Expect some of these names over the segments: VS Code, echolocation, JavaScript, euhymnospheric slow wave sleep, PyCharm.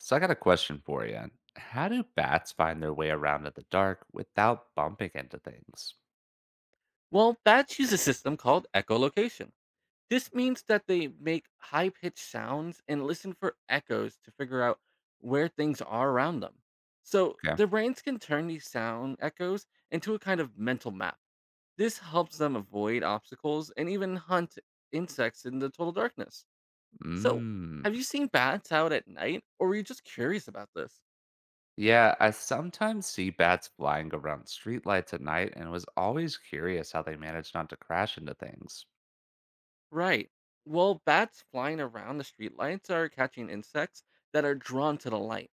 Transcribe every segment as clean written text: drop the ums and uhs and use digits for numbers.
So I got a question for you. How do bats find their way around in the dark without bumping into things? Well, bats use a system called echolocation. This means that they make high pitched sounds and listen for echoes to figure out where things are around them. So Okay. their brains can turn these sound echoes into a kind of mental map. This helps them avoid obstacles and even hunt insects in the total darkness. So, Mm. have you seen bats out at night or were you just curious about this? Yeah, I sometimes see bats flying around streetlights at night and was always curious how they manage not to crash into things. Right. Well, bats flying around the streetlights are catching insects that are drawn to the light.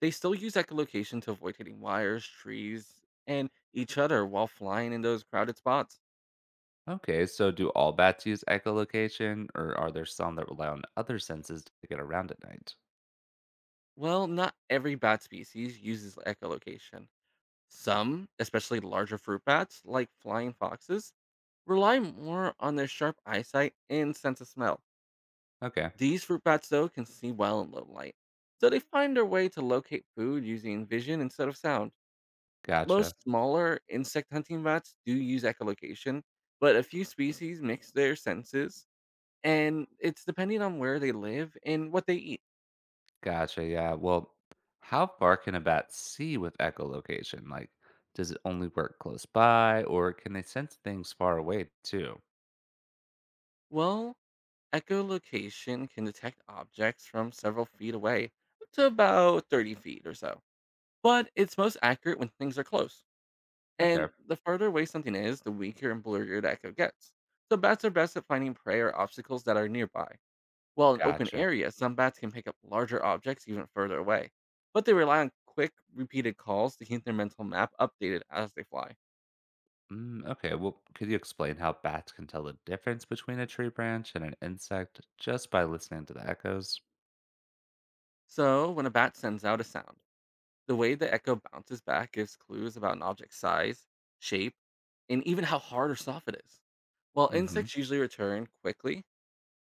They still use echolocation to avoid hitting wires, trees, and each other while flying in those crowded spots. Okay, so do all bats use echolocation or are there some that rely on other senses to get around at night? Well, not every bat species uses echolocation. Some, especially larger fruit bats like flying foxes, rely more on their sharp eyesight and sense of smell. Okay, These fruit bats, though, can see well in low light, so they find their way to locate food using vision instead of sound. gotcha. Most smaller insect hunting bats do use echolocation, but a few species mix their senses and it's depending on where they live and what they eat. Gotcha, yeah. Well, how far can a bat see with echolocation? Like, does it only work close by, or can they sense things far away too? Well, echolocation can detect objects from several feet away up to about 30 feet or so, but it's most accurate when things are close. Okay, And the further away something is, the weaker and blurrier the echo gets. So bats are best at finding prey or obstacles that are nearby. While in open gotcha. areas, some bats can pick up larger objects even further away, but they rely on quick, repeated calls to keep their mental map updated as they fly. Mm, okay, well, could you explain how bats can tell the difference between a tree branch and an insect just by listening to the echoes? So when a bat sends out a sound, the way the echo bounces back gives clues about an object's size, shape, and even how hard or soft it is. While Mm-hmm. insects usually return quickly,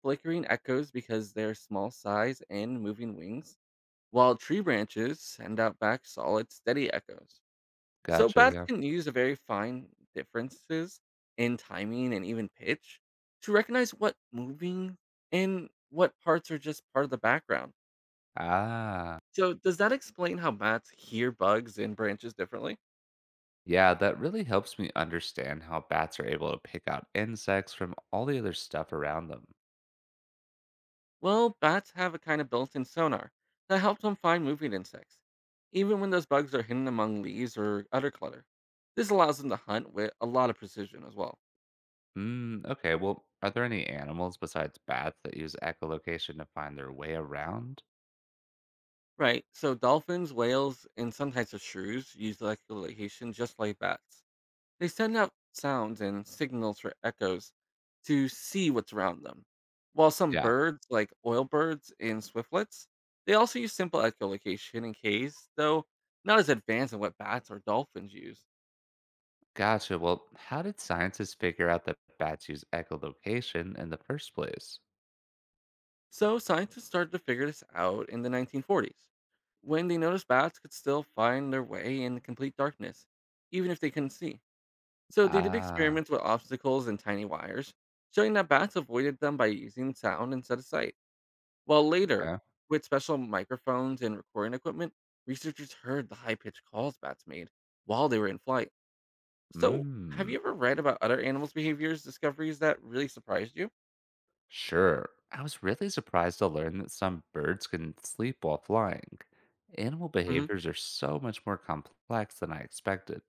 flickering echoes because their small size and moving wings, while tree branches send out back solid, steady echoes. So Gotcha, bats yeah. can use the very fine differences in timing and even pitch to recognize what moving and what parts are just part of the background. Ah, So does that explain how bats hear bugs and branches differently? yeah, that really helps me understand how bats are able to pick out insects from all the other stuff around them. Well, bats have a kind of built in sonar that helps them find moving insects, even when those bugs are hidden among leaves or other clutter. This allows them to hunt with a lot of precision as well. Mm, okay, well, are there any animals besides bats that use echolocation to find their way around? Right, so dolphins, whales, and some types of shrews use echolocation just like bats. They send out sounds and signals for echoes to see what's around them. While some Yeah. birds, like oil birds and swiftlets, they also use simple echolocation in caves, though not as advanced as what bats or dolphins use. Gotcha. Well, how did scientists figure out that bats use echolocation in the first place? So scientists started to figure this out in the 1940s, when they noticed bats could still find their way in complete darkness, even if they couldn't see. So they did Ah, experiments with obstacles and tiny wires, showing that bats avoided them by using sound instead of sight. While later, okay. with special microphones and recording equipment, researchers heard the high pitched calls bats made while they were in flight. So, have Mm, you ever read about other animals' behaviors discoveries that really surprised you? sure. I was really surprised to learn that some birds can sleep while flying. Animal behaviors are so much more complex than I expected.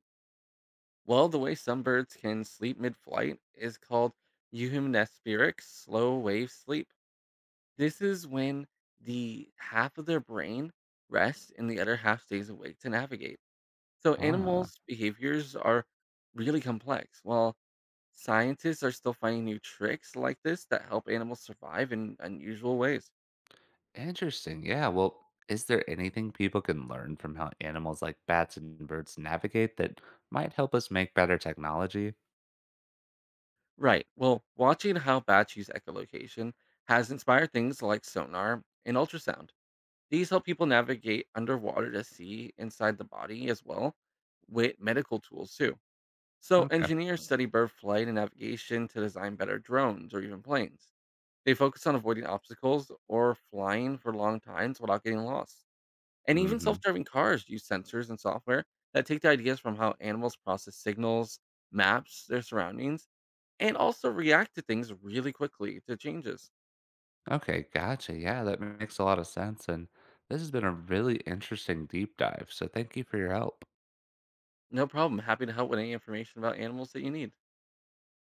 Well, the way some birds can sleep mid flight is called euhymnospheric slow wave sleep. This is when the half of their brain rests and the other half stays awake to navigate. So, Huh. animals' behaviors are really complex. While scientists are still finding new tricks like this that help animals survive in unusual ways. Interesting. Yeah. Well, is there anything people can learn from how animals like bats and birds navigate that might help us make better technology? Right. Well, watching how bats use echolocation has inspired things like sonar and ultrasound. These help people navigate underwater to see inside the body as well with medical tools too. So Okay. engineers study bird flight and navigation to design better drones or even planes. They focus on avoiding obstacles or flying for long times without getting lost. And even Mm-hmm. self-driving cars use sensors and software that take the ideas from how animals process signals, maps their surroundings, and also react to things really quickly to changes. Okay. Gotcha. Yeah. That makes a lot of sense. And this has been a really interesting deep dive. So thank you for your help. No problem. Happy to help with any information about animals that you need.